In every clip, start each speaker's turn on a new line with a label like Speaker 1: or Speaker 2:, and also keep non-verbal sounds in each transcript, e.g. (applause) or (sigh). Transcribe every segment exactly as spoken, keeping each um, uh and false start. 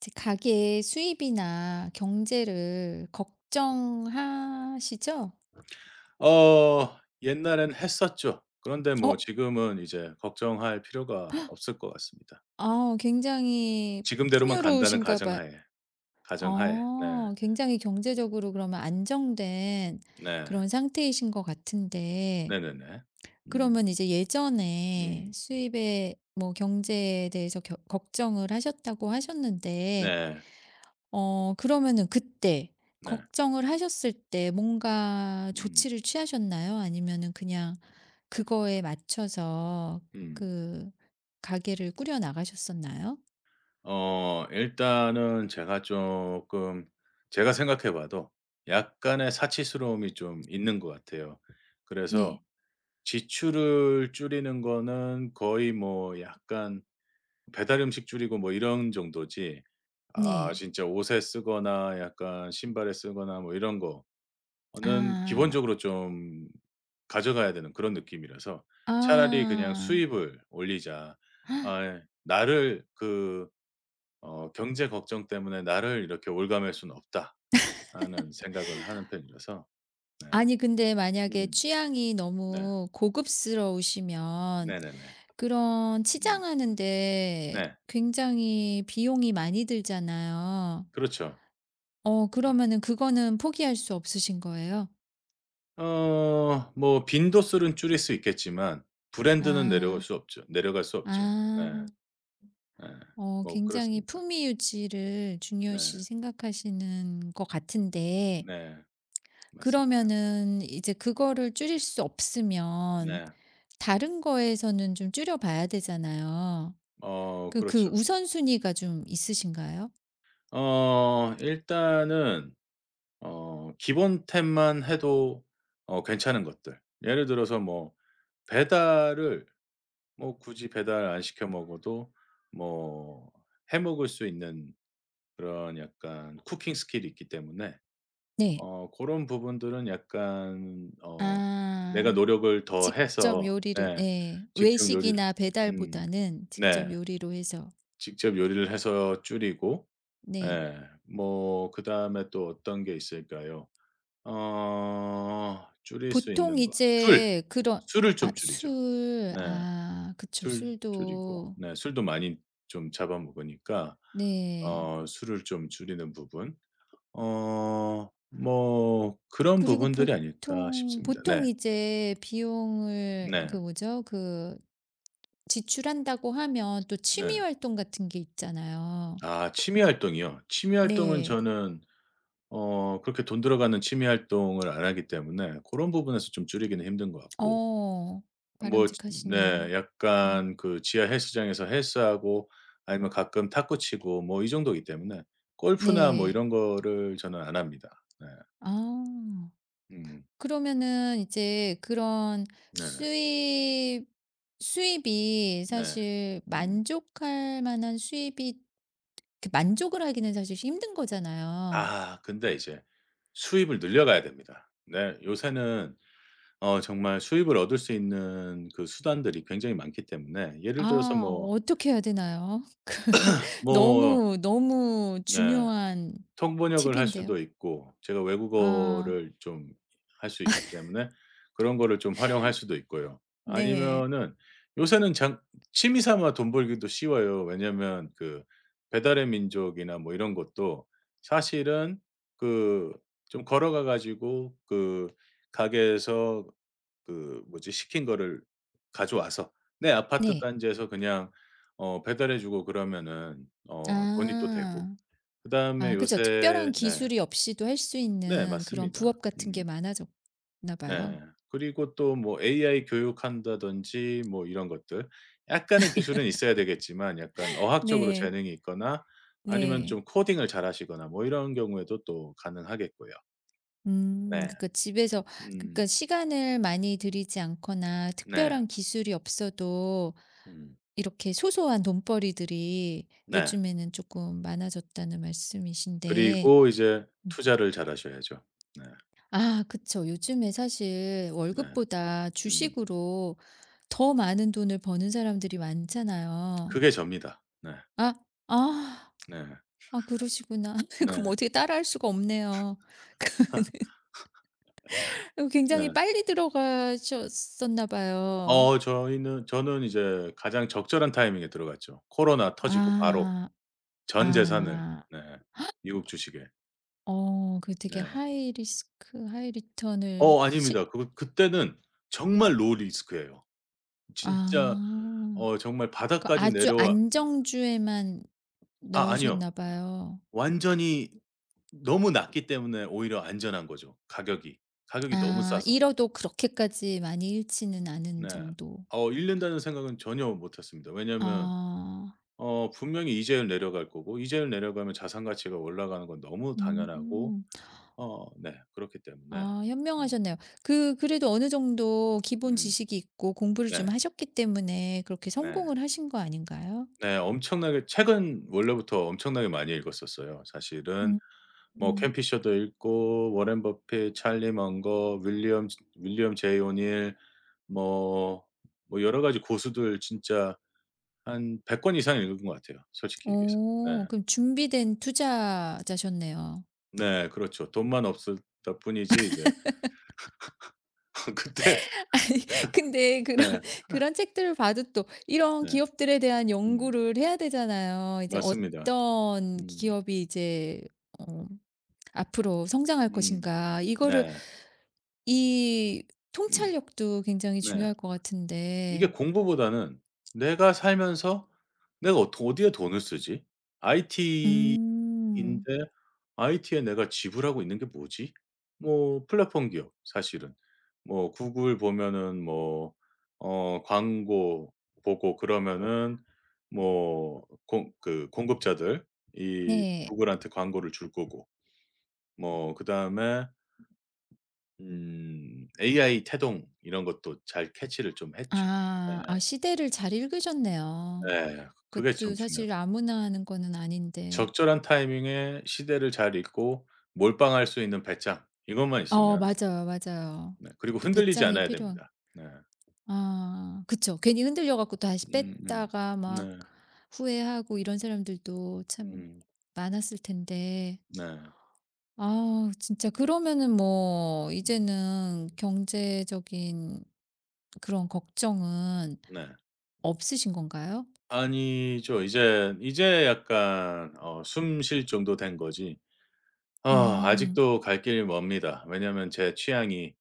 Speaker 1: 제 가게의 수입이나 경제를 걱정하시죠?
Speaker 2: 어, 옛날엔 했었죠. 그런데 뭐
Speaker 1: 어
Speaker 2: 지금은 이제 걱정할 필요가 없을 것 같습니다.
Speaker 1: 아 굉장히
Speaker 2: 지금대로만 간다는
Speaker 1: 풍요로우신가 봐요.
Speaker 2: 가정하에. 가정하에. 네.
Speaker 1: 아 굉장히 경제적으로 그러면 안정된
Speaker 2: 네.
Speaker 1: 그런 상태이신 것 같은데.
Speaker 2: 네네네. 음.
Speaker 1: 그러면 이제 예전에
Speaker 2: 음.
Speaker 1: 수입에 뭐 경제에 대해서 겨 걱정을 하셨다고 하셨는데,
Speaker 2: 네.
Speaker 1: 어 그러면은 그때
Speaker 2: 네.
Speaker 1: 걱정을 하셨을 때 뭔가
Speaker 2: 음.
Speaker 1: 조치를 취하셨나요? 아니면은 그냥 그거에 맞춰서
Speaker 2: 음.
Speaker 1: 그 가게를 꾸려 나가셨었나요?
Speaker 2: 어 일단은 제가 쪼끔 제가 생각해 봐도 약간의 사치스러움이 좀 있는 것 같아요. 그래서
Speaker 1: 네.
Speaker 2: 지출을 줄이는 거는 거의 뭐 약간 배달 음식 줄이고 뭐 이런 정도지, 아
Speaker 1: 네.
Speaker 2: 진짜 옷에 쓰거나 약간 신발에 쓰거나 뭐 이런 거는
Speaker 1: 아.
Speaker 2: 기본적으로 좀 가져가야 되는 그런 느낌이라서 차라리 그냥
Speaker 1: 아.
Speaker 2: 수입을 올리자.
Speaker 1: (gasps) 헉,
Speaker 2: 아, 예. 나를 그 어 '경제 걱정 때문에 나를 이렇게 올감할 수는 없다.' 하는 생각을 하는 편이라서. 네.
Speaker 1: 아니 근데 만약에
Speaker 2: 음.
Speaker 1: 취향이
Speaker 2: 네.
Speaker 1: 너무 고급스러우시면
Speaker 2: 네네네.
Speaker 1: 그런
Speaker 2: 음.
Speaker 1: 치장하는 데
Speaker 2: 네.
Speaker 1: 굉장히 비용이 많이 들잖아요.
Speaker 2: 그렇죠.
Speaker 1: 어 그러면은 그거는 포기할 수 없으신 거예요?
Speaker 2: 어 뭐 빈도수는 줄일 수 있겠지만 브랜드는 내려올
Speaker 1: 아.
Speaker 2: 수 없죠. 내려갈 수 없죠. 네.
Speaker 1: 아.
Speaker 2: 네.
Speaker 1: 어
Speaker 2: 뭐
Speaker 1: 굉장히
Speaker 2: 그렇습니다.
Speaker 1: 품위 유지를
Speaker 2: 네.
Speaker 1: 중요시 생각하시는 것 같은데.
Speaker 2: 네. 맞습니다.
Speaker 1: 그러면은 이제 그거를 줄일 수 없으면
Speaker 2: 네.
Speaker 1: 다른 거에서는 좀 줄여 봐야 되잖아요.
Speaker 2: 어
Speaker 1: 그 그
Speaker 2: 그렇죠.
Speaker 1: 우선순위가 좀 있으신가요?
Speaker 2: 어 일단은 어 기본템만 해도 어 괜찮은 것들, 예를 들어서 뭐 배달을, 뭐 굳이 배달 안 시켜 먹어도 뭐 해 먹을 수 있는 그런 약간 쿠킹 스킬이 있기 때문에
Speaker 1: 네.
Speaker 2: 어 고런 부분들은 약간 어 내가
Speaker 1: 아.
Speaker 2: 노력을 더
Speaker 1: 직접
Speaker 2: 해서.
Speaker 1: 요리를,
Speaker 2: 네.
Speaker 1: 네,
Speaker 2: 직접 요리를,
Speaker 1: 외식이나
Speaker 2: 음,
Speaker 1: 배달보다는 직접
Speaker 2: 네.
Speaker 1: 요리로 해서.
Speaker 2: 직접 요리를 해서 줄이고.
Speaker 1: 네.
Speaker 2: 예. 뭐 그다음에 또 어떤 게 있을까요? 어 줄일 수
Speaker 1: 보통
Speaker 2: 있는 거, 술!
Speaker 1: 이제 그런,
Speaker 2: 술을
Speaker 1: 아
Speaker 2: 좀 줄이죠.
Speaker 1: 술,
Speaker 2: 네.
Speaker 1: 아 그쵸.
Speaker 2: 술 줄이고,
Speaker 1: 술도.
Speaker 2: 네, 술도 많이 좀 잡아 먹으니까
Speaker 1: 네.
Speaker 2: 어 술을 좀 줄이는 부분. 어 뭐 그런
Speaker 1: 그리고
Speaker 2: 부분들이 아닐까
Speaker 1: 보통
Speaker 2: 싶습니다.
Speaker 1: 보통
Speaker 2: 네.
Speaker 1: 이제 비용을 그
Speaker 2: 네.
Speaker 1: 뭐죠? 그 지출한다고 하면 또 취미
Speaker 2: 네.
Speaker 1: 활동 같은 게 있잖아요.
Speaker 2: 아, 취미 활동이요? 취미 활동은
Speaker 1: 네.
Speaker 2: 저는 어 그렇게 돈 들어가는 취미 활동을 안 하기 때문에 고런 부분에서 좀 줄이기는 힘든 것 같고,
Speaker 1: 어.
Speaker 2: 뭐 지, 네,
Speaker 1: 바람직하시네요. 네.
Speaker 2: 약간 그 지하 헬스장에서 헬스하고, 아니면 가끔 탁구 치고 뭐 이 정도이기 때문에. 골프나 뭐
Speaker 1: 네.
Speaker 2: 이런 거를 저는 안 합니다. 네.
Speaker 1: 아.
Speaker 2: 음.
Speaker 1: 그러면은 이제 그런
Speaker 2: 네.
Speaker 1: 수입, 수입이
Speaker 2: 네.
Speaker 1: 사실
Speaker 2: 음.
Speaker 1: 만족할 만한 수입이 그 만족을 하기는 사실 힘든 거잖아요.
Speaker 2: 아, 근데 이제 수입을 늘려가야 됩니다. 네. 요새는 어 정말 수입을 얻을 수 있는 그 수단들이 굉장히 많기 때문에, 예를 들어서
Speaker 1: 아
Speaker 2: 뭐,
Speaker 1: 어떻게 해야 되나요? (laughs)
Speaker 2: 뭐,
Speaker 1: 너무, 너무
Speaker 2: 네,
Speaker 1: 중요한
Speaker 2: 통번역을 할
Speaker 1: 팁인데요.
Speaker 2: 수도 있고 제가
Speaker 1: 아
Speaker 2: 외국어를 좀 할 수 있기 때문에 그런 거를 좀 활용할 수도 있고요.
Speaker 1: 네.
Speaker 2: 아니면은 요새는 장, 취미 삼아 돈 벌기도 쉬워요. 왜냐면 그 배달의 민족이나 뭐 이런 것도 사실은 그 좀 걸어가 가지고 그 가게에서 그 뭐지, 시킨 거를 가져와서 내 아파트
Speaker 1: 네.
Speaker 2: 단지에서 그냥 어 배달해 주고 그러면은 어 돈이 또 되고,
Speaker 1: 아.
Speaker 2: 그다음에
Speaker 1: 아 그죠. 특별한
Speaker 2: 요새, 네.
Speaker 1: 기술이 없이도 할 수
Speaker 2: 네,
Speaker 1: 있는 그런
Speaker 2: 맞습니다.
Speaker 1: 부업 같은 게
Speaker 2: 음.
Speaker 1: 많아졌나 봐요.
Speaker 2: 네. 그리고 또 뭐 에이아이 교육한다든지 뭐 이런 것들, 약간의 기술은 있어야 되겠지만 약간 어학적으로
Speaker 1: 네.
Speaker 2: 재능이 있거나 아니면
Speaker 1: 네.
Speaker 2: 좀 코딩을 잘하시거나 뭐 이런 경우에도 또 가능하겠고요.
Speaker 1: 음
Speaker 2: 네.
Speaker 1: 그러니까 집에서,
Speaker 2: 음.
Speaker 1: 그러니까 시간을 많이 들이지 않거나
Speaker 2: 네.
Speaker 1: 특별한 기술이 없어도
Speaker 2: 음.
Speaker 1: 이렇게 소소한 돈벌이들이
Speaker 2: 네.
Speaker 1: 요즘에는 조금 많아졌다는 말씀이신데.
Speaker 2: 그리고 이제
Speaker 1: 음
Speaker 2: 투자를 잘하셔야죠. 네.
Speaker 1: 아 그쵸. 요즘에 사실
Speaker 2: 네.
Speaker 1: 월급보다
Speaker 2: 음.
Speaker 1: 주식으로 더 많은 돈을 버는 사람들이 많잖아요.
Speaker 2: 그게 접니다. 네.
Speaker 1: 아. 아.
Speaker 2: 네.
Speaker 1: 아 그러시구나. (laughs) 그럼
Speaker 2: 네.
Speaker 1: 어떻게 따라할 수가 없네요. (laughs) 굉장히
Speaker 2: 네.
Speaker 1: 빨리 들어가셨었나 봐요.
Speaker 2: 어 저희는 저는 이제 가장 적절한 타이밍에 들어갔죠. 코로나 터지고 바로
Speaker 1: 아.
Speaker 2: 전 재산을,
Speaker 1: 아.
Speaker 2: 네, 미국 주식에.
Speaker 1: 어 그 되게
Speaker 2: 네.
Speaker 1: 하이 리스크 하이 리턴을
Speaker 2: 어
Speaker 1: 시,
Speaker 2: 아닙니다. 그 그때는 정말 low risk예요. 진짜
Speaker 1: 아.
Speaker 2: 어 정말
Speaker 1: 그
Speaker 2: 바닥까지
Speaker 1: 아주
Speaker 2: 내려와.
Speaker 1: 안정주에만
Speaker 2: 아, 아니요.
Speaker 1: 넣으셨나 봐요.
Speaker 2: 완전히 너무 낮기 때문에 오히려 안전한 거죠, 가격이. 가격이 너무
Speaker 1: 아
Speaker 2: 싸서.
Speaker 1: 잃어도 그렇게까지 많이 잃지는 않은
Speaker 2: 네.
Speaker 1: 정도.
Speaker 2: 어 잃는다는 생각은 전혀 못 했습니다. 왜냐하면
Speaker 1: 아.
Speaker 2: 어 분명히 이자율 내려갈 거고, 이자율 내려가면 자산 가치가 올라가는 건 너무 당연하고.
Speaker 1: 음.
Speaker 2: 어 네, 그렇기 때문에.
Speaker 1: 아
Speaker 2: 음.
Speaker 1: 현명하셨네요. 그 그래도 어느 정도 기본
Speaker 2: 음.
Speaker 1: 지식이 있고 공부를 좀
Speaker 2: 네.
Speaker 1: 하셨기 때문에 그렇게
Speaker 2: 네.
Speaker 1: 성공을 하신 거 아닌가요?
Speaker 2: 네. 엄청나게, 책은 원래부터 엄청나게 많이 읽었었어요, 사실은.
Speaker 1: 음.
Speaker 2: 뭐 켄
Speaker 1: 음.
Speaker 2: 피셔도 읽고 워렌 버핏, 찰리 먼거, 윌리엄 윌리엄 제이 오닐, 뭐, 뭐 여러 가지 고수들. 진짜 한 백 권 이상 읽은 것 같아요, 솔직히 얘기해서.
Speaker 1: 오,
Speaker 2: 네.
Speaker 1: 그럼 준비된 투자자셨네요.
Speaker 2: 네. 그렇죠. 돈만 없었다 뿐이지 이제 (laughs) 그때.
Speaker 1: (laughs) 아니 근데 그런
Speaker 2: 네.
Speaker 1: 그런 책들을 봐도 또 이런
Speaker 2: 네.
Speaker 1: 기업들에 대한
Speaker 2: 음.
Speaker 1: 연구를 해야 되잖아요. 이제
Speaker 2: 맞습니다.
Speaker 1: 어떤
Speaker 2: 음.
Speaker 1: 기업이 이제 어 앞으로 성장할
Speaker 2: 음.
Speaker 1: 것인가 이거를,
Speaker 2: 네.
Speaker 1: 이
Speaker 2: 음.
Speaker 1: 통찰력도 굉장히
Speaker 2: 네.
Speaker 1: 중요할 것
Speaker 2: 이게
Speaker 1: 같은데.
Speaker 2: 공부보다는, '내가 살면서 내가 어 어디에 돈을 쓰지? 아이티 인데
Speaker 1: 음.
Speaker 2: 아이티에 내가 지불하고 있는 게 뭐지?' 뭐 플랫폼 기업 사실은. 뭐 구글 보면은 뭐 어 광고 보고, 그러면은 뭐 공 그 공급자들 이
Speaker 1: 네.
Speaker 2: 구글한테 광고를 줄 거고, 뭐 그다음에 음 에이아이 태동, 이런 것도 잘 캐치를 좀 했죠.
Speaker 1: 아. 아 시대를 잘 읽으셨네요.
Speaker 2: 예. 예. 그게
Speaker 1: 그것도
Speaker 2: 좀 중요한
Speaker 1: 사실
Speaker 2: 거예요.
Speaker 1: 아무나 하는 거는 아닌데.
Speaker 2: 적절한 타이밍에 시대를 잘 읽고 몰빵할 수 있는 배짱, 이것만
Speaker 1: 어
Speaker 2: 있으면.
Speaker 1: 맞아요, 맞아요.
Speaker 2: 네.
Speaker 1: 그
Speaker 2: 그리고
Speaker 1: 또
Speaker 2: 흔들리지
Speaker 1: 배짱이
Speaker 2: 않아야
Speaker 1: 필요한,
Speaker 2: 됩니다. 네.
Speaker 1: 아 그쵸. 괜히 흔들려 갖고 다시
Speaker 2: 음음.
Speaker 1: 뺐다가 막
Speaker 2: 네.
Speaker 1: 후회하고 이런 사람들도 참
Speaker 2: 음.
Speaker 1: 많았을 텐데.
Speaker 2: 네.
Speaker 1: 아 진짜 그러면은 뭐
Speaker 2: 음.
Speaker 1: 이제는 경제적인 그런 걱정은
Speaker 2: 네.
Speaker 1: 없으신 건가요?
Speaker 2: 아니죠. 이제 이제 약간 어 숨 쉴 정도 된 거지 아
Speaker 1: 음.
Speaker 2: 아직도 갈 길이 멉니다. 왜냐하면 제 취향이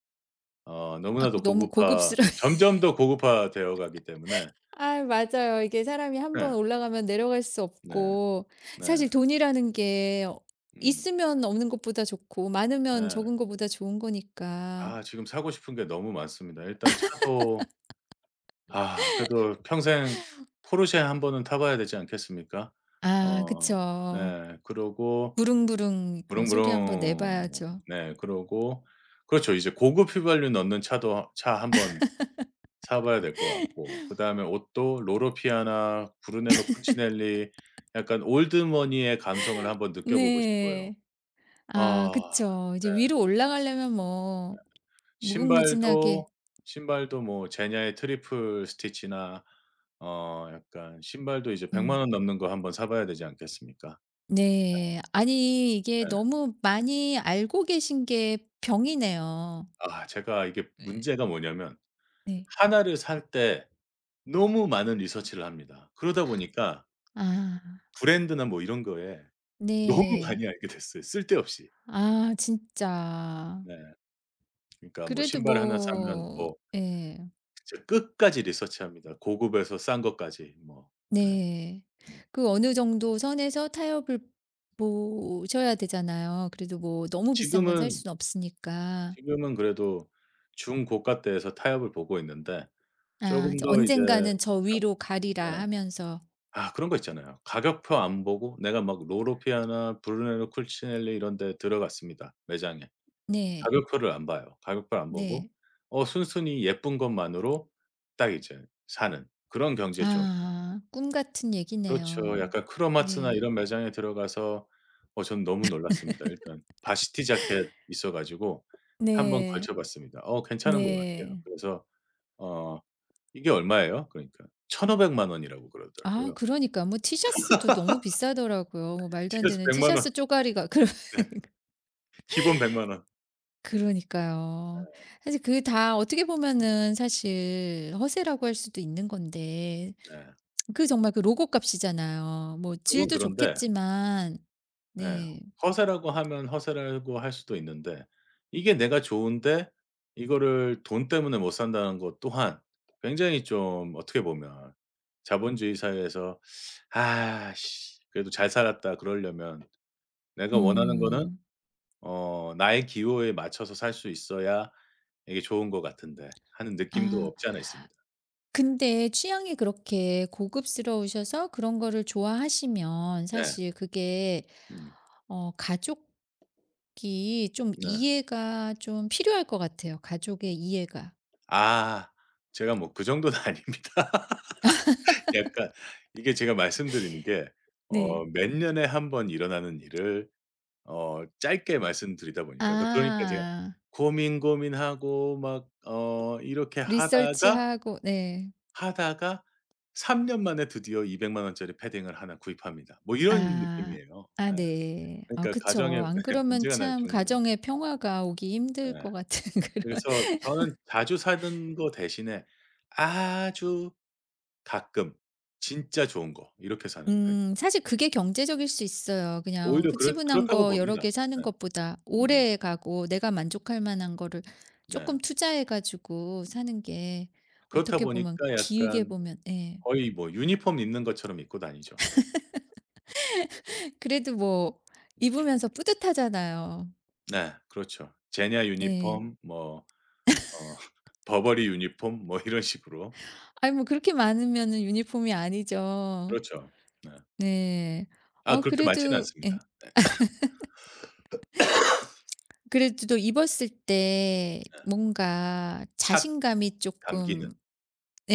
Speaker 2: 어
Speaker 1: 아
Speaker 2: 너무나도
Speaker 1: 너무
Speaker 2: 고급화,
Speaker 1: 고급스러,
Speaker 2: 점점 더 고급화 되어 가기 때문에.
Speaker 1: 아, 맞아요. 이게 사람이 한 번
Speaker 2: 네.
Speaker 1: 올라가면 내려갈 수
Speaker 2: 네.
Speaker 1: 없고, 사실
Speaker 2: 네.
Speaker 1: 돈이라는 게 어,
Speaker 2: 음.
Speaker 1: 있으면 없는 것보다 좋고, 많으면
Speaker 2: 네.
Speaker 1: 적은 것보다 좋은 거니까.
Speaker 2: 아, 지금 사고 싶은 게 너무 많습니다. 일단 차도, 아 그래도 평생 포르쉐 한 번은 타 봐야 되지 않겠습니까?
Speaker 1: 아,
Speaker 2: 어
Speaker 1: 그쵸.
Speaker 2: 네. 그러고
Speaker 1: 부릉부릉 이거 소리 한번
Speaker 2: 부릉부릉,
Speaker 1: 내봐야죠.
Speaker 2: 네, 그러고 그렇죠. 이제 고급 휘발유 넣는 차도, 차 한번 사 봐야 될 것 같고. 그다음에 옷도 로로피아나, 브루넬로 코치넬리, 약간 올드머니의 감성을 한번 느껴보고 싶고요.
Speaker 1: 네. 아,
Speaker 2: 아.
Speaker 1: 그쵸.
Speaker 2: 네.
Speaker 1: 이제 위로 올라가려면 뭐, 무궁무진하게.
Speaker 2: 신발도 신발도 뭐 제냐의 트리플 스티치나, 어 약간 신발도 이제 하나 공
Speaker 1: 음.
Speaker 2: 공 원 넘는 거 한번 사 봐야 되지 않겠습니까?
Speaker 1: 네. 아니, 이게
Speaker 2: 네.
Speaker 1: 너무 많이 알고 계신 게 병이네요.
Speaker 2: 아, 제가 이게 문제가 뭐냐면
Speaker 1: 네.
Speaker 2: 하나를 살 때 너무 많은 리서치를 합니다. 그러다 보니까
Speaker 1: 아,
Speaker 2: 브랜드나 뭐 이런 거에 너무
Speaker 1: 네.
Speaker 2: 많이 알게 됐어요, 쓸데없이.
Speaker 1: 아 진짜.
Speaker 2: 네. 그러니까 뭐
Speaker 1: 그래도
Speaker 2: 신발 하나 사면
Speaker 1: 뭐.
Speaker 2: 뭐
Speaker 1: 예.
Speaker 2: 진짜 끝까지 리서치합니다. 고급에서 싼 것까지, 뭐. 네.
Speaker 1: 네.
Speaker 2: 음.
Speaker 1: 그 어느 정도 선에서 타협을 보셔야 되잖아요. 그래도 뭐 너무 비싼 건 살
Speaker 2: 지금은
Speaker 1: 수는 없으니까.
Speaker 2: 지금은 그래도 중고가대에서 타협을 보고 있는데 조
Speaker 1: 아
Speaker 2: 금
Speaker 1: 이제
Speaker 2: 더 음, 이제,
Speaker 1: "언젠가는 저 위로 가리라."
Speaker 2: 네.
Speaker 1: 하면서.
Speaker 2: 아, 그런 거 있잖아요. 가격표 안 보고, 내가 막 로로피아나, 브루네로 쿨치넬리 이런 데 들어갔습니다, 매장에.
Speaker 1: 네.
Speaker 2: 가격표를 안 봐요. 가격표를 안 보고
Speaker 1: 네.
Speaker 2: 어 순순히 예쁜 것만으로 딱 이제 사는 그런 경제에좀.
Speaker 1: 아 꿈 같은
Speaker 2: 그렇죠.
Speaker 1: 얘기네요.
Speaker 2: 약간 크로마트나
Speaker 1: 네.
Speaker 2: 이런 매장에 들어가서 어 전 너무 놀랐습니다. 일단 바시티 자켓 있어 가지고 한번
Speaker 1: 네.
Speaker 2: 걸쳐 봤습니다. 어 괜찮은 것 같아요.
Speaker 1: 네.
Speaker 2: 그래서 어 이게 얼마예요? 그러니까 일천오백 원이라고
Speaker 1: 아
Speaker 2: 그러더라고요.
Speaker 1: 그러니까 뭐 티셔츠도 너무 비싸더라고요. 뭐 말도
Speaker 2: 지
Speaker 1: 안
Speaker 2: d s
Speaker 1: 되는
Speaker 2: 일 공 공 원.
Speaker 1: 티셔츠 쪼가리가 (laughs) 그,
Speaker 2: 네. 기본 하나 공 공 원.
Speaker 1: 그러니까요. 사실 그 다 어떻게 보면은 사실 허세라고 할 수도 있는 건데,
Speaker 2: 네.
Speaker 1: 그 정말 그 로고 값이잖아요. 뭐
Speaker 2: 그건
Speaker 1: 질도
Speaker 2: 그런데,
Speaker 1: 좋겠지만.
Speaker 2: 예,
Speaker 1: 네.
Speaker 2: 허세라고 하면 허세라고 할 수도 있는데 이게 내가 좋은데 이거를 돈 때문에 못 산다는 것 또한 굉장히 좀 어떻게 보면 자본주의 사회에서 '아 씨, 그래도 잘 살았다.' 그러려면, 내가 원하는 거는
Speaker 1: 음.
Speaker 2: 어 나의 기호에 맞춰서 살 수 있어야 이게 좋은 것 같은데 하는 느낌도
Speaker 1: 아
Speaker 2: 없지 않아 있습니다.
Speaker 1: 근데 취향이 그렇게 고급스러우셔서 그런 거를 좋아하시면
Speaker 2: 네.
Speaker 1: 사실 그게
Speaker 2: 음.
Speaker 1: 어 가족이 좀
Speaker 2: 네.
Speaker 1: 이해가 좀 필요할 것 같아요, 가족의 이해가.
Speaker 2: 아, 제가 뭐 그 정도는 (laughs) 아닙니다. 약간 이게 제가 말씀드리는 게 어
Speaker 1: 네.
Speaker 2: 몇 년에 한 번 일어나는 일을 어 짧게 말씀드리다 보니까. 그러니까 그러니까 제가
Speaker 1: 아.
Speaker 2: 고민 고민하고 막 어 이렇게 하다가,
Speaker 1: 리서치하고, 네.
Speaker 2: 하다가 삼 년 만에 드디어 이 공 공 원짜리 패딩을 하나 구입합니다. 뭐 이런
Speaker 1: 아.
Speaker 2: 느낌이에요.
Speaker 1: 아
Speaker 2: 예.
Speaker 1: 네. 아
Speaker 2: 그러니까 가정에
Speaker 1: 그쵸. 안
Speaker 2: (laughs) 예
Speaker 1: 그러면
Speaker 2: 문제가 날
Speaker 1: 참 가
Speaker 2: 정도예요.
Speaker 1: 정의 평화가 오기 힘들
Speaker 2: 예.
Speaker 1: 것 같은 (laughs) 그런.
Speaker 2: 그래서 저는 자주 사는 거 대신에 아주 가끔 진짜 좋은 거 이렇게 사는 편.
Speaker 1: 음 사실 그게 경제적일 수 있어요. 그냥
Speaker 2: 오히려 그렇,
Speaker 1: 흐지부난
Speaker 2: 그렇다고
Speaker 1: 거 여러
Speaker 2: 봅니다.
Speaker 1: 개 사는
Speaker 2: 네.
Speaker 1: 것보다
Speaker 2: 음음.
Speaker 1: 오래 가고 내가 만족할 만한 거를
Speaker 2: 네.
Speaker 1: 조금 투자해 가지고 사는 게
Speaker 2: 그렇다
Speaker 1: 어떻게 보면
Speaker 2: 보니까
Speaker 1: 길게
Speaker 2: 약간
Speaker 1: 보면, 예.
Speaker 2: 거의 뭐 유니폼 입는 것처럼 입고 다니죠.
Speaker 1: (laughs) 그래도 뭐 입으면서 뿌듯하잖아요.
Speaker 2: 네. 그렇죠. 제냐
Speaker 1: 네.
Speaker 2: 유니폼, 뭐, 어 (laughs) 버버리 유니폼, 뭐 이런 식으로.
Speaker 1: 아니 뭐 그렇게 많으면은 유니폼이 아니죠.
Speaker 2: 그렇죠. 네.
Speaker 1: 네.
Speaker 2: 아,
Speaker 1: 어
Speaker 2: 그렇게 많지는
Speaker 1: 그래도 예.
Speaker 2: 않습니다.
Speaker 1: 그래도 입었을 때 뭔가
Speaker 2: 착
Speaker 1: 자신감이 쪼끔,
Speaker 2: 감기는,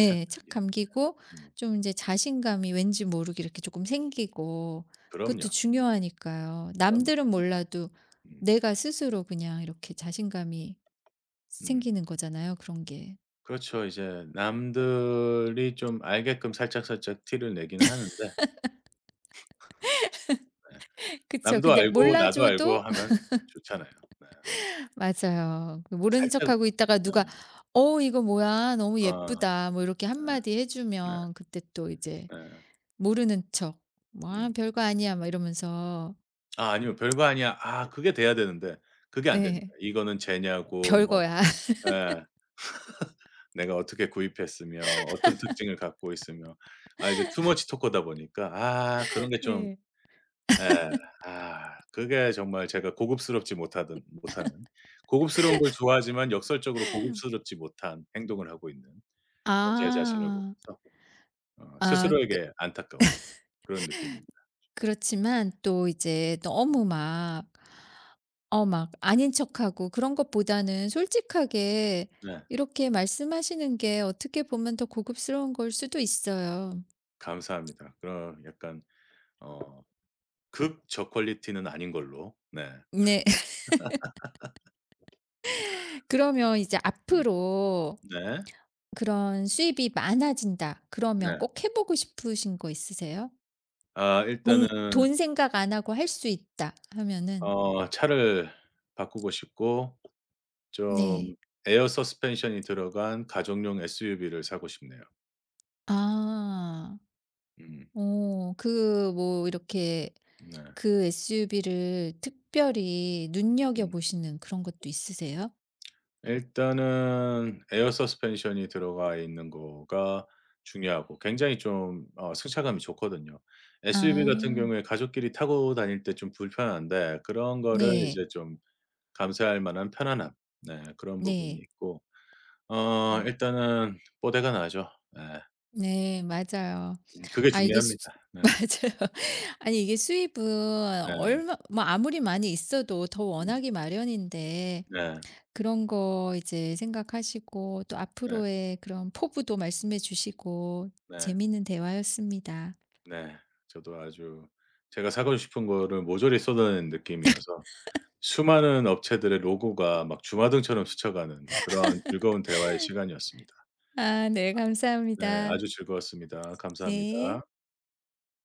Speaker 2: 착
Speaker 1: 착
Speaker 2: 감기는.
Speaker 1: 감기고,
Speaker 2: 음.
Speaker 1: 좀 인제 자신감이 왠지 모르게 이렇게 쪼끔 생기고. 그것도
Speaker 2: 그럼요.
Speaker 1: 중요하니까요.
Speaker 2: 그럼요.
Speaker 1: 남들은 몰라도
Speaker 2: 음.
Speaker 1: 내가 스스로 그냥 이렇게 자신감이
Speaker 2: 음.
Speaker 1: 생기는 거잖아요 그런 게.
Speaker 2: 그렇죠. 이제 남들이 좀 알게끔 살짝살짝 티를 내기는 하는데. 네.
Speaker 1: 그쵸.
Speaker 2: 남도
Speaker 1: 근데
Speaker 2: 알고 나도 알고
Speaker 1: 몰라줘도
Speaker 2: 하면
Speaker 1: (laughs)
Speaker 2: 좋잖아요. 네.
Speaker 1: 맞아요. 그 모르는
Speaker 2: 살짝.
Speaker 1: 척하고 있다가
Speaker 2: 네.
Speaker 1: 누가 "어 이거 뭐야. 너무
Speaker 2: 어.
Speaker 1: 예쁘다." 뭐 이렇게 한 마디 해
Speaker 2: 네. 네.
Speaker 1: 주면 그때 또 이제
Speaker 2: 네.
Speaker 1: 모르는 척. 뭐 "아
Speaker 2: 음.
Speaker 1: 별거 아니야." 막 이러면서.
Speaker 2: 아, 아니요. 별거 아니야. 아 그게 돼야 되는데 그게 안 됩니다.
Speaker 1: 예.
Speaker 2: 이거는 쟤냐고 뭐,
Speaker 1: 별거야. (laughs)
Speaker 2: 예, 내가 어떻게 구입했으며 어떤 특징을 갖고 있으며. 아 이제 too much t a l k 다 보니까 아 그런 게좀,
Speaker 1: 네.
Speaker 2: 예. 아 그게 정말, 제가 고급스럽지 못하든 못하는, 고급스러운 걸 좋아하지만 역설적으로 고급스럽지 못한 행동을 하고 있는 그런 제 자신을
Speaker 1: 아.
Speaker 2: 보면서 어
Speaker 1: 아 그.
Speaker 2: 스스로에게 안타까운, 그런 느낌입니다.
Speaker 1: 그렇지만 또 이제 너무 막 어 막 아닌 척하고 그런 것보다는 솔직하게
Speaker 2: 네.
Speaker 1: 이렇게 말씀하시는 게 어떻게 보면 더 고급스러운 걸 수도 있어요.
Speaker 2: 감사합니다. 그런 약간 어 극 저퀄리티는 아닌 걸로. 네.
Speaker 1: 네. (laughs) 그러면 이제
Speaker 2: 음.
Speaker 1: 앞으로
Speaker 2: 네.
Speaker 1: 그런 수입이 많아진다 그러면
Speaker 2: 네.
Speaker 1: 꼭 해 보고 싶으신 거 있으세요?
Speaker 2: 아
Speaker 1: 공
Speaker 2: 일단은
Speaker 1: 돈 생각 안 하고 할 수 있다 하면은.
Speaker 2: 어 차를 바꾸고 싶고 좀
Speaker 1: 네.
Speaker 2: 에어 서스펜션이 들어간 가족용 에스유브이를 사고 싶네요.
Speaker 1: 아.
Speaker 2: 음.
Speaker 1: 어 그 뭐 이렇게
Speaker 2: 네.
Speaker 1: 그 에스유브이를 특별히 눈여겨
Speaker 2: 음.
Speaker 1: 보시는 그런 것도 있으세요?
Speaker 2: 일단은 에어 서스펜션이 들어가 있는 거가 중요하고, 굉장히 좀 어 승차감이 좋거든요. 에스유브이 같은
Speaker 1: 아.
Speaker 2: 경우에 가족끼리 타고 다닐 때 좀 불편한데 그런 거를
Speaker 1: 네.
Speaker 2: 이제 좀 감수할 만한 편안함. 네, 그런 부분이
Speaker 1: 네.
Speaker 2: 있고 어
Speaker 1: 음
Speaker 2: 일단은 뽀대가 나죠. 네.
Speaker 1: 네 맞아요.
Speaker 2: 음 그게
Speaker 1: 아 이게 수,
Speaker 2: 중요합니다. 네.
Speaker 1: (laughs) 맞아요. 아니 이게 수입은
Speaker 2: 네.
Speaker 1: 얼마 뭐 아무리 많이 있어도 더
Speaker 2: 음.
Speaker 1: 원하기 마련인데,
Speaker 2: 네.
Speaker 1: 그런 거 이제 생각하시고 또
Speaker 2: 네.
Speaker 1: 앞으로의 그런 포부도 말씀해 주시고
Speaker 2: 네.
Speaker 1: 재미있는 대화였습니다.
Speaker 2: 네. 저도 아주, 제가 사고 싶은 거를 모조리 쏟아낸 느낌이어서 수많은 업체들의 로고가 막 주마등처럼 스쳐가는 그런 즐거운 대화의 시간이었습니다.
Speaker 1: 아 네
Speaker 2: 네.
Speaker 1: 감사합니다.
Speaker 2: 아주 즐거웠습니다. 감사합니다.
Speaker 1: 네.